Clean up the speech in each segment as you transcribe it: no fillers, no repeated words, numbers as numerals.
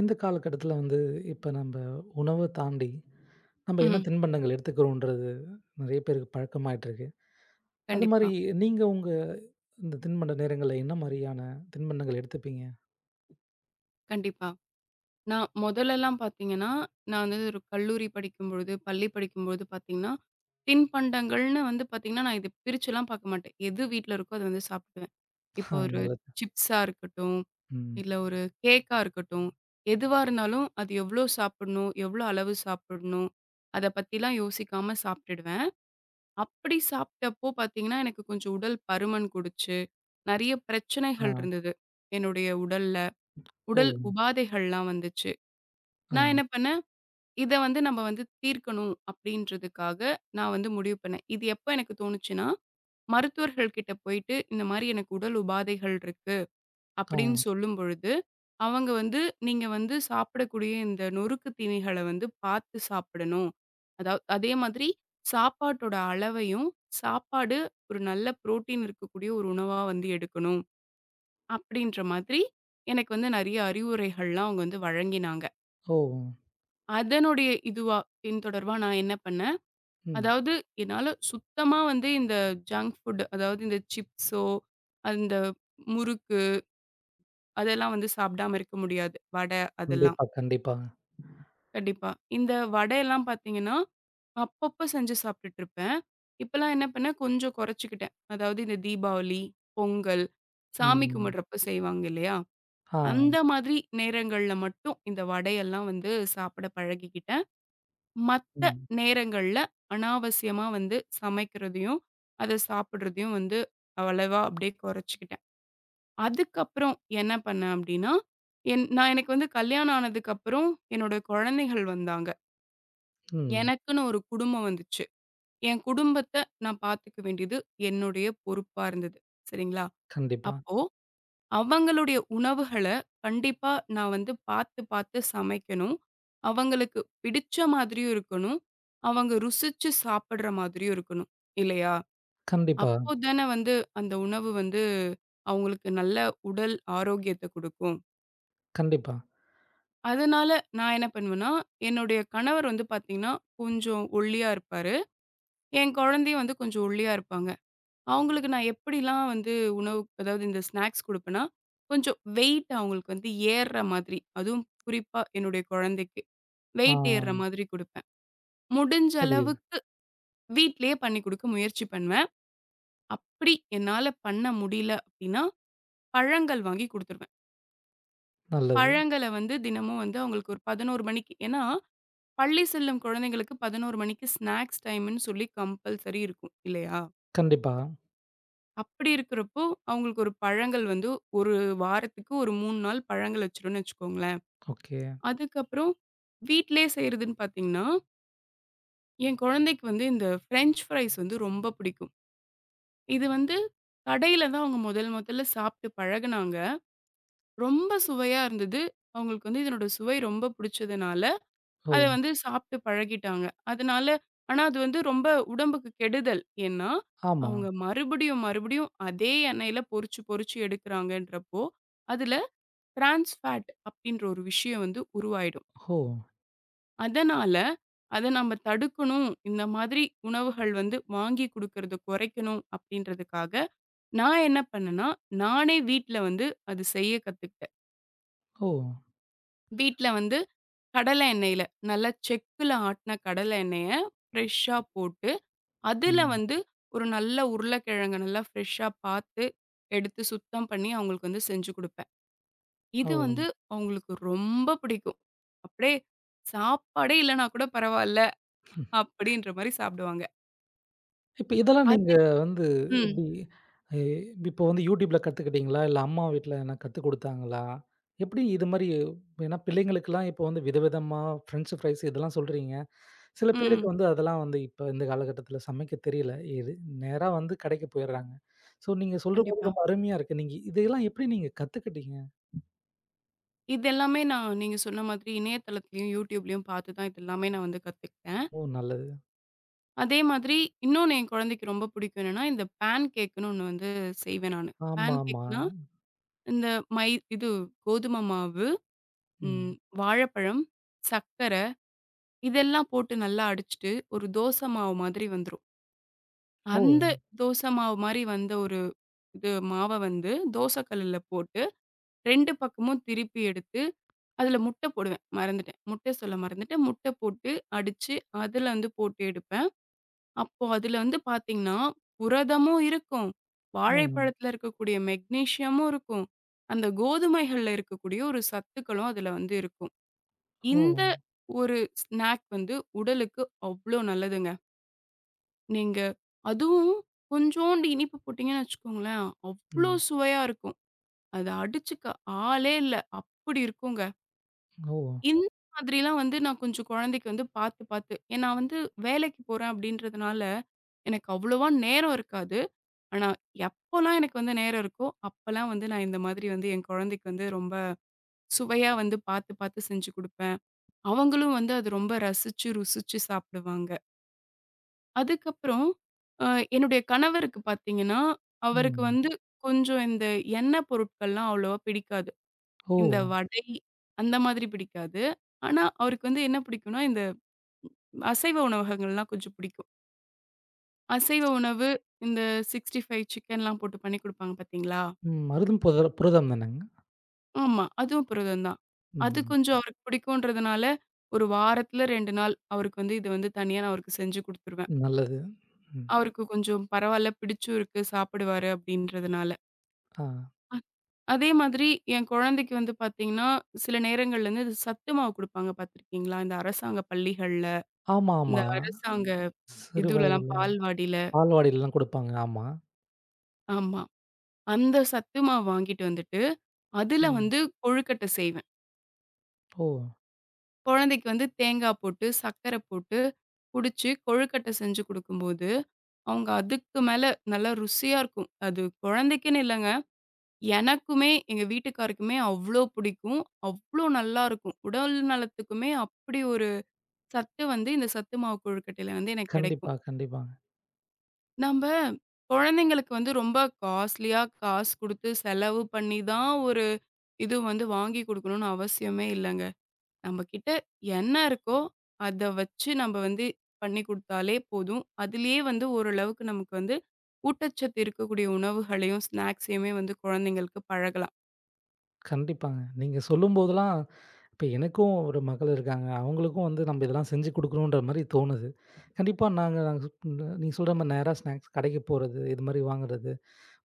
இந்த காலகட்டத்தில வந்து, இப்ப நம்ப உணவ தாண்டி, நம்ம என்ன ம். தின்பண்டங்கள் எடுத்துக்கிறோன்றது நெறைய பேருக்கு பழக்கமாயிட்டுருக்கு. அது கண்டிப்பா, மாரி நீங்க உங்க இந்த தின்பண்ட நேரங்கள்ல என்ன மாரியான தின்பண்டங்கள் எடுத்துப்பீங்க? கண்டிப்பா. நான் மொதலெல்லாம் பார்த்தீங்கன்னா, நான் வந்து ஒரு கல்லூரி படிக்கும்பொழுது, பள்ளி படிக்கும்பொழுது பார்த்தீங்கன்னா, தின்பண்டங்கள்னு வந்து பார்த்தீங்கன்னா, நான் இது பிரிச்சுலாம் பார்க்க மாட்டேன். எது வீட்ல இருக்கோ அத வந்து சாப்பிடுவேன். ஆ, இப்போ ஒரு நல்லது. சிப்ஸா இருக்கட்டும், ம். இல்ல ஒரு கேக்கா இருக்கட்டும், எதுவா இருந்தாலும் அது எவ்ளோ சாப்பிடணும்? எவ்ளோ அளவு சாப்பிடணும்? அத பத்திலாம் யோசிக்காம சாப்ட்டுடுவேன். அப்படி சாப்ட்டப்போ பார்த்தீங்கன்னா, எனக்கு கொஞ்சம் உடல் பருமன் குடிச்சு, நெறைய பிரச்சனைகள் ஆ. இருந்தது. என்னுடைய உடல் ஓ! உடல் உபாதைகள்லாம் வந்துச்சு. ஆ. நான் என்ன பண்ணேன், இத வந்து நம்ம வந்து தீர்க்கணும் அப்படின்றதுக்காக நான் வந்து முடிவு பண்ணேன். இது எப்ப எனக்கு தோணுச்சுன்னா, மருத்துவர்கள் கிட்ட போயிட்டு, இந்த மாரி எனக்கு உடல் உபாதைகள் இருக்கு ஆ. அப்படின்னு சொல்லும் பொழுது, அவங்க வந்து நீங்க வந்து சாப்பிடக்கூடிய இந்த நொறுக்கு தீனிகள வந்து பார்த்து சாப்பிடணும். அதாவது அதே மாதிரி சாப்பாட்டோட அளவையும், சாப்பாடு ஒரு நல்ல புரோட்டீன் இருக்கக்கூடிய ஒரு உணவா வந்து எடுக்கணும். அப்படின்ற மாதிரி எனக்கு வந்து நெறைய அறிவுரைகள்லாம் அவங்க வந்து வழங்கினாங்க. ஓ! அதனுடைய இதுவா பின் தொடர்பா நான் என்ன பண்ணேன், ம். அதாவது என்னால சுத்தமா வந்து இந்த ஜங்க் ஃபுட் அதாவது இந்த சிப்ஸோ, அந்த முறுக்கு அதெல்லாம் வந்து சாப்பிடாம இருக்க முடியாது. வடை அதெல்லாம். கண்டிப்பா, கண்டிப்பா. கண்டிப்பா. இந்த வடையெல்லாம் பார்த்தீங்கன்னா, அப்பப்ப செஞ்சு சாப்பிட்டுட்டு இருப்பேன். இப்பலாம் என்ன பண்ணேன், கொஞ்சம் குறைச்சுக்கிட்டேன். அதாவது இந்த தீபாவளி, பொங்கல், சாமி ம். கும்பிடுறப்ப செய்வாங்க இல்லையா? ஆ. அந்த மாதிரி நேரங்கள்ல மட்டும் இந்த வடையெல்லாம் வந்து சாப்பிட பழகிக்கிட்டேன். மத்த ம். நேரங்கள்ல அனாவசியமா வந்து சமைக்கிறதையும், அத சாப்பிடுறதையும் வந்து அவ்வளவா அப்படியே குறைச்சுக்கிட்டேன். அதுக்கப்புறம் என்ன பண்ணேன் அப்படின்னா, நான் எனக்கு வந்து கல்யாணம் ஆனதுக்கப்புறம் என்னோட குழந்தைகள் வந்தாங்க. ம். எனக்குன்னு ஒரு குடும்பம் வந்துச்சு. என் குடும்பத்த நான் பார்த்துக்க வேண்டியது என்னுடைய பொறுப்பா இருந்தது. சரிங்களா? கண்டிப்பா. அப்போ அவங்களுடைய உணவுகள கண்டிப்பா நான் வந்து பார்த்து, பார்த்து சமைக்கணும். அவங்களுக்கு பிடிச்ச மாதிரியும் இருக்கணும். அவங்க ருசிச்சு சாப்பிடுற மாதிரியும் இருக்கணும். இல்லையா? கண்டிப்பா, அப்போ தானே வந்து அந்த உணவு வந்து அவங்களுக்கு நல்ல உடல் ஆரோக்கியத்த குடுக்கும். கண்டிப்பா. அதனால நான் என்ன பண்ணுவேன்னா, என்னுடைய கணவர் வந்து பார்த்தீங்கன்னா, கொஞ்சம் ஒல்லியா இருப்பாரு. என் குழந்தையும் வந்து கொஞ்சம் ஒல்லியா இருப்பாங்க. அவங்களுக்கு நான் எப்படிலாம் வந்து உணவு அதாவது இந்த ஸ்நாக்ஸ் குடுப்பேன்னா, கொஞ்சம் வெயிட் அவங்களுக்கு வந்து ஏறுற மாதிரி, அதுவும் குறிப்பா என்னுடைய குழந்தைக்கு ஆ, வெயிட் ஏறுற மாதிரி குடுப்பேன். முடிஞ்ச புரியுது. அளவுக்கு வீட்லயே பண்ணி குடுக்க முயற்சி பண்ணுவேன். அப்படி என்னால பண்ண முடியல அப்படின்னா, பழங்கள் வாங்கி குடுத்துருவேன். நல்லது. பழங்கள வந்து தினமும் வந்து அவங்களுக்கு ஒரு 11 மணிக்கு ஏன்னா, பள்ளி செல்லும் குழந்தைங்களுக்கு 11 மணிக்கு ஸ்நாக்ஸ் டைம்ன்னு சொல்லி கம்பல்சரி இருக்கும் இல்லையா? கண்டிப்பா. அப்படி இருக்கிறப்போ, அவங்களுக்கு ஒரு பழங்கள் வந்து ஒரு வாரத்துக்கு ஒரு 3 நாள் பழங்கள் வச்சுருவேன்னு வச்சுக்கோங்களேன். ஓகே. அதுக்கப்புறம் வீட்லயே செய்றதுன்னு பார்த்தீங்கன்னா, என் குழந்தைக்கு வந்து இந்த ஃப்ரெஞ்ச் ஃப்ரைஸ் வந்து ரொம்ப பிடிக்கும். இது வந்து கடையில தான் அவங்க முதல் முதல்ல சாப்பிட்டு பழகுனாங்க. ரொம்ப சுவையா இருந்தது. அவங்களுக்கு வந்து இதனோட சுவை ரொம்ப பிடிச்சதுனால ஓ! அத வந்து சாப்பிட்டு பழகிட்டாங்க. அதனால ஆனா அது வந்து ரொம்ப உடம்புக்கு கெடுதல். ஏன்னா, ஆமா. அவங்க மறுபடியும், மறுபடியும் அதே எண்ணெயில பொரிச்சு, பொரிச்சு எடுக்குறாங்கன்றப்போ, அதுல டிரான்ஸ் ஃபேட் அப்டின்ற ஒரு விஷயம் வந்து உருவாயிடும். ஓ! அதனால, அத நம்ம தடுக்கணும். இந்த மாதிரி உணவுகள் வந்து வாங்கி குடுக்கறத குறைக்கணும் அப்டின்றதுக்காக, நான் என்ன பண்ணேன்னா, நானே வீட்ல வந்து அது செய்ய கத்துக்கிட்டேன். ஓ! வீட்ல வந்து கடலை எண்ணெயில நல்லா செக்குல ஆட்டுன கடலை எண்ணெய ஃப்ரெஷ்ஷா போட்டு அதுல ம். வந்து ஒரு நல்ல உருளைக்கிழங்க நல்லா ஃப்ரெஷ்ஷா பார்த்து, எடுத்து சுத்தம் பண்ணி அவங்களுக்கு வந்து செஞ்சு குடுப்பேன். ஓ! இது வந்து அவங்களுக்கு ரொம்ப பிடிக்கும். அப்படியே சாப்பாடே இல்லன்னா கூட பரவால்ல, அப்படின்ற மாரி சாப்பிடுவாங்க. இப்ப இதெல்லாம் நீங்க அது வந்து ம், எப்டி எ இப்போ வந்து YouTubeல கத்துக்கிட்டீங்களா? இல்ல அம்மா வீட்ல எதுனா கத்துக் குடுத்தாங்களா? எப்டி இது மாரி, ஏன்னா பிள்ளைங்களுக்கெல்லாம் இப்போ வந்து விதவிதமா ஃப்ரெஞ்ச் ஃப்ரைஸ் இதெல்லாம் சொல்றீங்க. சில பேருக்கு ம். வந்து அதெல்லாம் வந்து இப்ப இந்த காலகட்டத்தில சமைக்க தெரியல. எது நேரா வந்து கடைக்கு போயிடுறாங்க. ஸோ நீங்க சொல்றபோது கண்டிப்பா. ரொம்ப அருமையா இருக்கு. நீங்க இதெல்லாம் எப்டி நீங்க கத்துக்கிட்டீங்க? இது எல்லாமே நான் நீங்க சொன்ன மாதிரி இணையதளத்திலயும், YouTubeலயும் பார்த்து தான் இது எல்லாமே நான் வந்து கத்துக்கிட்டேன். ஓ, நல்லது. அதே மாதிரி இன்னொன்னு என் குழந்தைக்கு ரொம்ப பிடிக்கும் என்னன்னா, இந்த பேன் கேக்குன்னு ஒண்ணு வந்து செய்வேன் நானு. பேன் ஆமாமா. கேக்னா, இந்த மை இது கோதும மாவு ம். ம். வாழைப்பழம், சர்க்கர இதெல்லாம் போட்டு நல்லா அடிச்சுட்டு, ஒரு தோசை மாவு மாதிரி வந்துரும். ஓ! அந்த தோசை மாவு மாரி வந்த ஒரு இது மாவ வந்து தோசை கல்லுல போட்டு 2 பக்கமும் திருப்பி எடுத்து, அதில முட்டை போடுவேன். மறந்துட்டேன். முட்டை சொல்ல மறந்துட்டேன். முட்டை போட்டு அடிச்சு, அதில வந்து போட்டு எடுப்பேன். அப்போ அதில வந்து பார்த்தீங்கன்னா, புரதமும் இருக்கும். ஓ! வாழைப்பழத்தில இருக்கக்கூடிய மெக்னீசியமும் இருக்கும். அந்த கோதுமைகள்ல இருக்கக்கூடிய ஒரு சத்துக்களும் அதில வந்து இருக்கும். ஓ! இந்த ஒரு ஸ்நாக் வந்து உடலுக்கு அவ்ளோ நல்லதுங்க. நீங்க அதுவும் கொஞ்சோண்டு இனிப்பு போட்டீங்கன்னு வச்சுக்கோங்களேன், அவ்ளோ ம். சுவையா இருக்கும். அத அடிச்சுக்க ஆளே இல்ல. அப்படி இருக்குங்க. ஓ! இந்த மாதிரிலாம் வந்து நான் கொஞ்சம் குழந்தைக்கு வந்து பார்த்து பார்த்து ஏன்னா வந்து வேலைக்கு போறேன் அப்படின்றதுனால, எனக்கு அவ்வளவா நேரம் இருக்காது. ஆனா எப்போலாம் எனக்கு வந்து நேரம் இருக்கோ, அப்பலாம் வந்து நான் இந்த மாதிரி வந்து என் குழந்தைக்கு வந்து ரொம்ப சுவையா வந்து பார்த்து பார்த்து செஞ்சு குடுப்பேன். அவங்களும் வந்து அது ரொம்ப ரசிச்சு, ருசிச்சு சாப்பிடுவாங்க. அதுக்கப்புறம் அ என்னுடைய கணவருக்கு பார்த்தீங்கன்னா, அவருக்கு ம். வந்து கொஞ்சம் இந்த எண்ணெய் பொருட்கள்லாம் அவ்வளவா பிடிக்காது. ஓ! இந்த வடை அந்த மாதிரி பிடிக்காது. ஆனா, அவருக்கு வந்து என்ன பிடிக்கும்னா, இந்த அசைவ உணவகங்கள்லாம் கொஞ்சம் பிடிக்கும். அசைவ உணவு இந்த 65 சிக்கன்லாம் போட்டு பண்ணி குடுப்பாங்க பார்த்தீங்களா? ம். மருதம் புத புரதம் தானேங்க? ஆமா. அதுவும் புரதம் தான். அது ம். கொஞ்சம் அவருக்கு பிடிக்கும்ன்றதுனால, ஒரு வாரத்துல 2 நாள் அவருக்கு வந்து இது வந்து தனியா நான் அவருக்கு செஞ்சு குடுத்துருவேன். நல்லது. ம். அவருக்கு கொஞ்சம் பரவால்ல பிடிச்சும் இருக்கு, சாப்பிடுவாரு அப்படின்றதுனால. ஆ. அ அதே மாதிரி என் குழந்தைக்கு வந்து பார்த்தீங்கன்னா, சில நேரங்கள்ல வந்து சத்து மாவு குடுப்பாங்க பார்த்துருக்கீங்களா? இந்த அரசாங்க பள்ளிகள்ல, ஆமா, இந்த ஆமா. அரசாங்க சிறு இதுலலாம் வயதில பால்வாடியில. பால்வாடிலலாம் குடுப்பாங்க. ஆமா. ஆமா. அந்த சத்து மாவு வாங்கிட்டு வந்துட்டு, அதுல ம். வந்து கொழுக்கட்டை செய்வேன். ஓ! குழந்தைக்கு வந்து தேங்காய் போட்டு, சர்க்கரை போட்டு குடிச்சு கொழுக்கட்டை செஞ்சு குடுக்கும்போது, அவங்க அதுக்கு மேல நல்லா ருசியா இருக்கும். அது குழந்தைக்குன்னு இல்லங்க. எனக்குமே, எங்க வீட்டுக்காருக்குமே அவ்ளோ பிடிக்கும். அவ்ளோ நல்லாருக்கும். உடல் நலத்துக்குமே அப்படி ஒரு சத்து வந்து இந்த சத்து மாவு கொழுக்கட்டையில வந்து எனக்கு கிடைக்கும். கண்டிப்பா, கண்டிப்பாங்க. நம்ப குழந்தைங்களுக்கு வந்து ரொம்ப காஸ்ட்லியா காசு குடுத்து செலவு பண்ணி தான் ஒரு இது வந்து வாங்கி குடுக்கணும்னு அவசியமே இல்லங்க. நம்ம கிட்ட என்ன இருக்கோ அத வச்சு நம்ப வந்து பண்ணி குடுத்தாலே போதும். அதிலேயே வந்து ஓரளவுக்கு நமக்கு வந்து ஊட்டச்சத்து இருக்கக்கூடிய உணவுகளையும், ஸ்நாக்ஸையுமே வந்து குழந்தைங்களுக்கு பழகலாம். கண்டிப்பாங்க, நீங்க சொல்லும்போதெல்லாம் இப்ப எனக்கும் ஒரு மகள் இருக்காங்க. அவங்களுக்கும் வந்து நம்ம இதெல்லாம் செஞ்சு குடுக்கணுன்ற மாரி தோணுது. கண்டிப்பா நாங்க நாங்க நீங்க சொல்ற மாரி நேரா ஸ்நாக்ஸ் கடைக்கு போறது, இது மாரி வாங்குறது.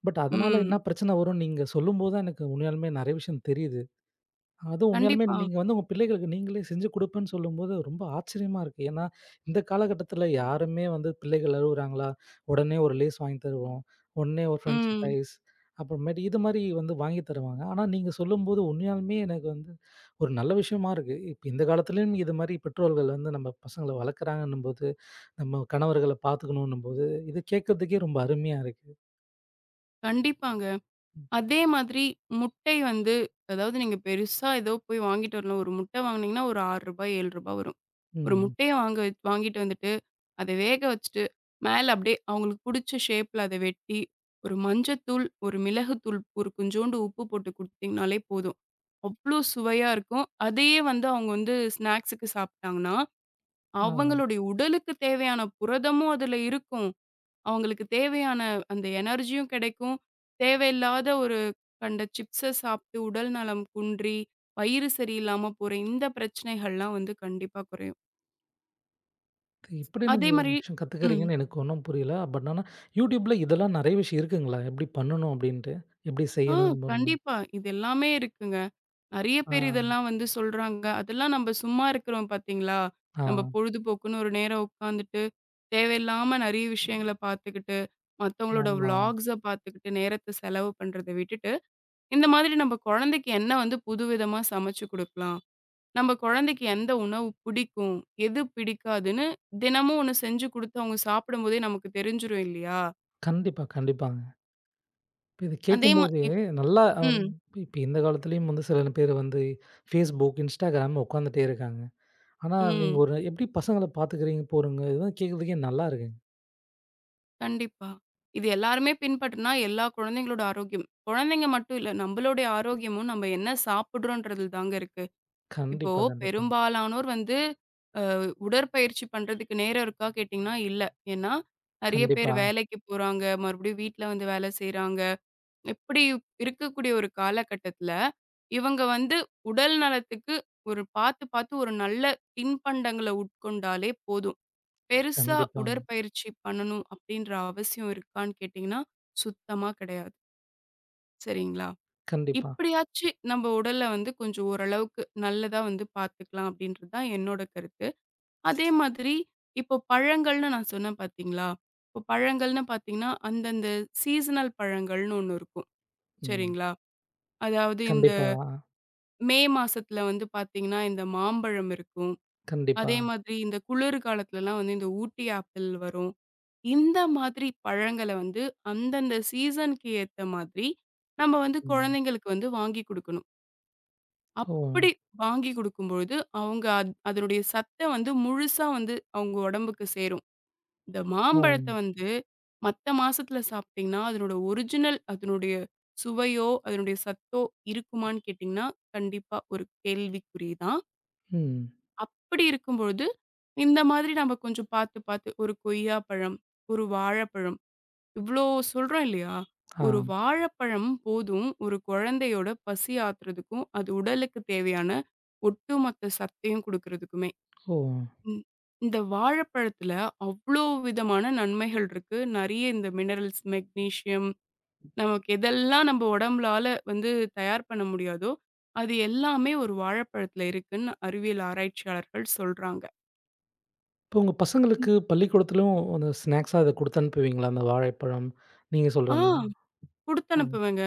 பட் அதனால ம். என்ன பிரச்சனை வரும்னு நீங்க சொல்லும்போது தான் எனக்கு உண்மையாலுமே நெறைய விஷயம் தெரியுது. அதுவும் உண்மையாலுமே கண்டிப்பா. நீங்க வந்து உங்க பிள்ளைகளுக்கு நீங்களே செஞ்சு குடுப்பேன்னு சொல்லும்போது ரொம்ப ஆச்சரியமா இருக்கு. ஏன்னா, இந்த காலகட்டத்தில யாருமே வந்து பிள்ளைகள் அழுவுறாங்களா, உடனே ஒரு லேஸ் வாங்கி தருவோம். உடனே ஒரு ஃப்ரெஞ்ச் ம். ஃப்ரைஸ், அப்புறமேட்டு இது மாரி வந்து வாங்கி தருவாங்க. ஆனா, நீங்க சொல்லும்போது உண்மையாலுமே எனக்கு வந்து ஒரு நல்ல விஷயமா இருக்கு. இப்ப இந்த காலத்திலயும் இது மாரி பெற்றோர்கள் வந்து நம்ம பசங்கள வளர்க்குறாங்கன்னும்போது, நம்ம கணவர்கள பார்த்துக்கணுன்னும்போது, இது கேட்கறதுக்கே ரொம்ப அருமையா இருக்கு. கண்டிப்பாங்க. ம். அதே மாதிரி முட்டை வந்து அதாவது நீங்க பெருசா ஏதோ போய் வாங்கிட்டு வரணும். ஒரு முட்டை வாங்குனீங்கன்னா ஒரு ரூ. 6 ரூ. 7 வரும். ஒரு முட்டைய வாங்க வாங்கிட்டு வந்துட்டு, அத வேக வச்சுட்டு, மேல அப்படியே அவங்களுக்கு புடிச்ச ஷேப்ல அத வெட்டி, ஒரு மஞ்சத்தூள், ஒரு மிளகுத்தூள், ஒரு கொஞ்சோண்டு உப்பு போட்டு குடுத்தீங்கனாலே போதும். அவ்ளோ சுவையா இருக்கும். அதையே வந்து அவங்க வந்து ஸ்நாக்ஸுக்கு சாப்பிட்டாங்கன்னா, ம். அவங்களுடைய உடலுக்கு தேவையான புரதமும் அதுல இருக்கும். அவங்களுக்கு தேவையான அந்த எனர்ஜியும் கிடைக்கும். தேவையில்லாத ஒரு கண்ட சிப்ஸ சாப்பிட்டு உடல் நலம் குன்றி, வயிறு சரியில்லாம போற இந்த பிரச்சனைகள்லாம் வந்து கண்டிப்பா குறையும். இப்படி நீங்க அதே ஒரு மாரி விஷயம் ம். கத்துக்கிறீங்கன்னு எனக்கு ஒன்னும் புரியல. பட் ஆனா YouTubeல இதெல்லாம் நெறைய விஷயம் இருக்குங்களா? எப்படி பண்ணணும் அப்படின்ட்டு? எப்படி ஆ செய்யணும் பண்ணணும்? கண்டிப்பா. இது எல்லாமே இருக்குங்க. நெறைய ஆ, பேர் இதெல்லாம் வந்து சொல்றாங்க. அதெல்லாம் நம்ப சும்மா இருக்கிறோம் பார்த்தீங்களா? ஆ, நம்ப பொழுதுபோக்குன்னு ஒரு நேரம் உட்காந்துட்டு, தேவையில்லாம நெறைய விஷயங்கள பார்த்துக்கிட்டு, மத்தவங்களோட ஆமா. விளாக்ஸ பார்த்துக்கிட்டு நேரத்த செலவு பண்றத விட்டுட்டு இந்த மாதிரி நம்ம குழந்தைக்கு என்ன வந்து புதுவிதமா சமைச்சு குடுக்கலாம்? நம்ம குழந்தைக்கு எந்த உணவு பிடிக்கும்? எது பிடிக்காதுன்னு தினமும் ஒண்ணு செஞ்சு குடுத்து அவங்க சாப்பிடும்போதே நமக்கு தெரிஞ்சுரும் இல்லையா? கண்டிப்பா, கண்டிப்பாங்க. இப்ப இத அதே மா கேட்கும்போது இப் நல்லா ம், இப்ப இந்த காலத்துலயும் வந்து சில பேர் வந்து Facebook, Instagram உட்காந்துட்டே இருக்காங்க. ஆனா நீங்க ம். ஒரு எப்படி பசங்கள பார்த்துக்கிறீங்க, போறீங்க இதெல்லாம் கேட்கறதுக்கே நல்லா இருக்குங்க. கண்டிப்பா. இது எல்லாருமே பின்பற்றினா எல்லா குழந்தைங்களோட ஆரோக்கியம் குழந்தைங்க மட்டும் இல்ல, நம்மளுடைய ஆரோக்கியமும் நம்ம என்ன சாப்பிடுறோன்றதில தாங்க இருக்கு. இப்போ கண்டிப்பா, கண்டிப்பாங்க. பெரும்பாலானோர் வந்து உடற்பயிற்சி பண்றதுக்கு நேரம் இருக்கா கேட்டீங்கன்னா, இல்ல. ஏன்னா, நெறைய பேர் கண்டிப்பா, வேலைக்கு போறாங்க, மறுபடியும் வீட்ல வந்து வேலை செய்றாங்க. இப்படி இருக்கக்கூடிய ஒரு காலகட்டத்துல, இவங்க வந்து உடல் நலத்துக்கு ஒரு பார்த்து பார்த்து ஒரு நல்ல தின்பண்டங்கள உட்கொண்டாலே போதும். பெருசா கண்டிப்பாங்க. உடற்பயிற்சி பண்ணணும் அப்படின்ற அவசியம் இருக்கான்னு கேட்டீங்கன்னா, சுத்தமா கிடையாது. சரிங்களா? கண்டிப்பா. இப்படியாச்சு நம்ம உடல வந்து கொஞ்சம் ஓரளவுக்கு நல்லதா வந்து பார்த்துக்கலாம் அப்படின்றது தான் என்னோட கருத்து. அதே மாதிரி இப்போ பழங்கள்னு நான் சொன்னேன் பார்த்தீங்களா? இப்போ பழங்கள்னு பார்த்தீங்கன்னா, அந்தந்த சீசனல் பழங்கள்னு ஒண்ணு இருக்கும். ம். சரிங்களா? அதாவது இந்த கண்டிப்பா, மே மாசத்துல வந்து பார்த்தீங்கன்னா, இந்த மாம்பழம் இருக்கும். கண்டிப்பா. அதே மாதிரி இந்த குளிர் காலத்துலலாம் வந்து இந்த ஊட்டி ஆப்பிள் வரும். இந்த மாதிரி பழங்கள வந்து அந்தந்த சீசனுக்கு ஏத்த மாதிரி, நம்ம வந்து ம். குழந்தைங்களுக்கு வந்து வாங்கி குடுக்கணும். ஓ! அப்படி வாங்கி குடுக்கும்பொழுது, அவங்க அதனுடைய சத்த வந்து முழுசா வந்து அவங்க உடம்புக்கு சேரும். இந்த ஓ! மாம்பழத்த வந்து மத்த மாசத்துல சாப்பிட்டீங்கன்னா, அதனோட ஒரிஜினல் அதனுடைய சுவையோ, அதனுடைய சத்தோ இருக்குமான்னு கேட்டீங்கன்னா, கண்டிப்பா ஒரு கேள்விக்குறி தான். ம். அப்படி இருக்கும்பொழுது, இந்த மாதிரி நம்ம கொஞ்சம் பார்த்து, பார்த்து ஒரு கொய்யாப்பழம், ஒரு வாழைப்பழம் இவ்ளோ சொல்றோம் இல்லையா? ஆ. ஒரு வாழைப்பழம் போதும் ஒரு குழந்தையோட பசி ஆத்துறதுக்கும், அது உடலுக்கு தேவையான ஒட்டுமொத்த சத்தையும் குடுக்குறதுக்குமே. ஓ! ம். இந்த வாழைப்பழத்துல அவ்ளோ விதமான நன்மைகள் இருக்கு. நெறைய இந்த மினரல்ஸ், மெக்னீசியம் நமக்கு எதெல்லாம் நம்ம உடம்புலால வந்து தயார் பண்ண முடியாதோ, அது எல்லாமே ஒரு வாழைப்பழத்துல இருக்குன்னு அறிவியல் ஆராய்ச்சியாளர்கள் சொல்றாங்க. இப்போ உங்க பசங்களுக்கு பள்ளிக்கூடத்திலும் அந்த ஸ்நாக்ஸா அத குடுத்து அனுப்புவீங்களா? அந்த வாழைப்பழம், நீங்க சொல்ற ஆ மாரி. ஆ, குடுத்தனுப்புவேங்க.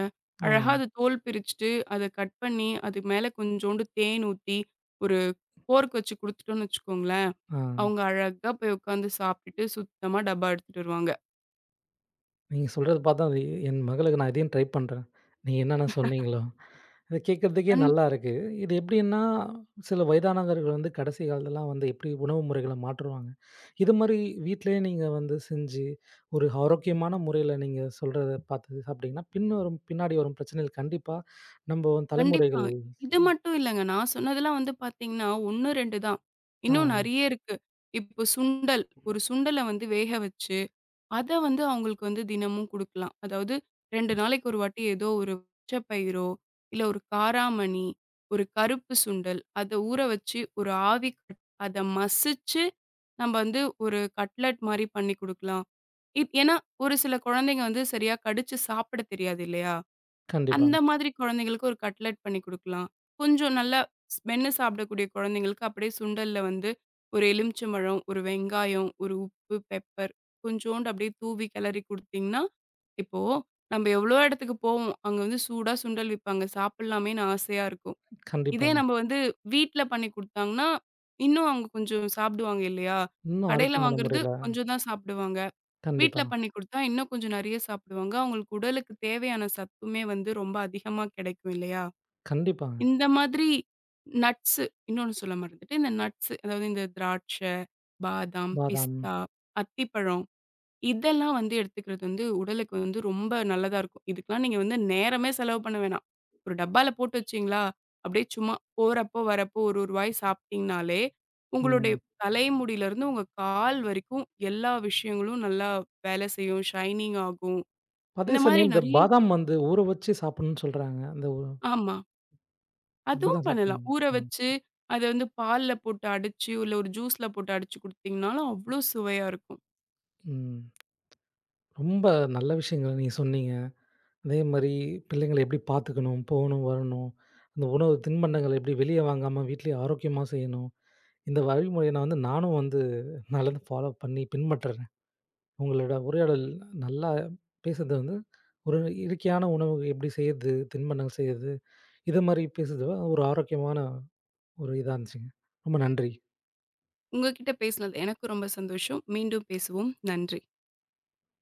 ஆ, அழகா அது தோல் பிரிச்சுட்டு, அத கட் பண்ணி, அது மேல கொஞ்சோண்டு தேன் ஊத்தி, ஒரு ஃபோர்க் வச்சு குடுத்துட்டோம்னு வச்சுக்கோங்களேன், ஆ. அவங்க அழகா போய் உட்காந்து சாப்பிட்டுட்டு, சுத்தமா டப்பா எடுத்துட்டு வருவாங்க. நீங்க சொல்றத பார்த்தா அது என் மகளுக்கு நான் இதையும் ட்ரை பண்றேன். நீங்க என்னென்ன சொன்னீங்களோ! இத கேட்கறதுக்கே கண் நல்லா இருக்கு. இது எப்படின்னா, சில வயதானவர்கள் வந்து கடைசி காலத்துலலாம் வந்து எப்படி உணவு முறைகள மாற்றுவாங்க. இது மாரி வீட்லயே நீங்க வந்து செஞ்சு, ஒரு ஆரோக்கியமான முறையில நீங்க சொல்றத பார்த்து சாப்பிட்டீங்கன்னா, பின்னாடி வரும் பிரச்சனைகள் கண்டிப்பா நம்ம கண்டிப்பா. தலைமுறைகள். இது மட்டும் இல்லங்க. நான் சொன்னதெல்லாம் வந்து பார்த்தீங்கன்னா, 1, 2 தான். ஆ. இன்னும் நெறைய இருக்கு. இப்போ சுண்டல். ஒரு சுண்டல வந்து வேக வச்சு அத வந்து அவங்களுக்கு வந்து தினமும் குடுக்கலாம். அதாவது 2 நாளைக்கு ஒரு வாட்டி ஏதோ ஒரு பச்சை பயிரோ, இல்ல ஒரு காராமணி, ஒரு கருப்பு சுண்டல் அத ஊற வச்சு ஒரு ஆவி கட் அத மசிச்சு நம்ம வந்து ஒரு கட்லட் மாரி பண்ணி குடுக்கலாம். ஏன்னா ஒரு சில குழந்தைங்க வந்து சரியா கடிச்சு சாப்பிட தெரியாது இல்லையா? கண்டிப்பா, அந்த மாதிரி குழந்தைங்களுக்கு ஒரு கட்லெட் பண்ணி குடுக்கலாம். கொஞ்சம் நல்லா மென்னு சாப்பிடக்கூடிய குழந்தைங்களுக்கு அப்படியே சுண்டல்ல வந்து ஒரு எலுமிச்சம்பழம், ஒரு வெங்காயம், ஒரு உப்பு, பெப்பர் கொஞ்சோண்டு அப்படியே தூவி கிளறி குடுத்தீங்கன்னா, இப்போ நம்ம எவ்வளோ இடத்துக்கு போவோம். அங்க வந்து சூடா சுண்டல் விப்பாங்க. சாப்பிடலாமேன்னு ஆசையா இருக்கும். கண்டிப்பா. இதே நம்ம வந்து வீட்ல பண்ணி குடுத்தாங்கன்னா, இன்னும் அவங்க கொஞ்சம் சாப்பிடுவாங்க இல்லையா? இன்னும் கடையில ஆரோக்கியமான வாங்குறது முறையில. கொஞ்சம் தான் சாப்பிடுவாங்க. வீட்ல கண்டிப்பா, பண்ணி குடுத்தா இன்னும் கொஞ்சம் நெறைய சாப்பிடுவாங்க. அவங்களுக்கு உடலுக்கு தேவையான சத்துமே வந்து ரொம்ப அதிகமா கிடைக்கும் இல்லையா? கண்டிப்பாங்க. இந்த மாதிரி நட்ஸ் இன்னொன்னு சொல்ல மறந்துட்டேன். இந்த நட்ஸ் அதாவது இந்த திராட்சை, பாதாம், பாதாம். பிஸ்தா, அத்திப்பழம் இதெல்லாம் வந்து எடுத்துக்கிறது வந்து உடலுக்கு வந்து ரொம்ப நல்லதா இருக்கும். இதுக்கெல்லாம் நீங்க வந்து நேரமே செலவு பண்ண வேணாம். ஒரு டப்பால போட்டு வச்சீங்களா, அப்படியே சும்மா போறப்போ, வரப்போ ஒரு ஒரு வாய் சாப்பிட்டீங்கனாலே, உங்களுடைய ம். தலைமுடியிலருந்து உங்க கால் வரைக்கும் எல்லா விஷயங்களும் நல்லா வேலை செய்யும். ஷைனிங் ஆகும். அதே இந்த மாரி சமயம் இந்த நிறைய பாதாம் வந்து ஊற வச்சு சாப்பிடணும்னு சொல்றாங்க. அந்த உ ஆமா. அதுவும் அப்படிதான் பண்ணலாம். சாப்பிடணும். ஊற ம். வச்சு அத வந்து பால்ல போட்டு அடிச்சு, இல்ல ஒரு ஜூஸ்ல போட்டு அடிச்சு குடுத்தீங்கனாலும் அவ்ளோ சுவையா இருக்கும். ம். ரொம்ப நல்ல விஷயங்கள நீங்க சொன்னீங்க. அதே மாரி பிள்ளைங்கள எப்படி பார்த்துக்கணும், போகணும், வரணும். அந்த உணவு தின்பண்டங்கள எப்படி வெளிய வாங்காம வீட்லயே ஆரோக்கியமா செய்யணும். இந்த வழிமுறைய நான் வந்து நானும் வந்து நான்லருந்து ஃபாலோ பண்ணி பின்பற்றுறேன். உங்களோட உரையாடல் நல்லா பேசுனது வந்து ஒரு இயற்கையான உணவு எப்படி செய்றது, தின்பண்டங்கள் செய்றது, இது மாரி பேசுனது ஒரு ஆரோக்கியமான ஒரு இதா இருந்துச்சுங்க. ரொம்ப நன்றி. உங்க கிட்ட பேசினது எனக்கும் ரொம்ப சந்தோஷம். மீண்டும் பேசுவோம். நன்றி.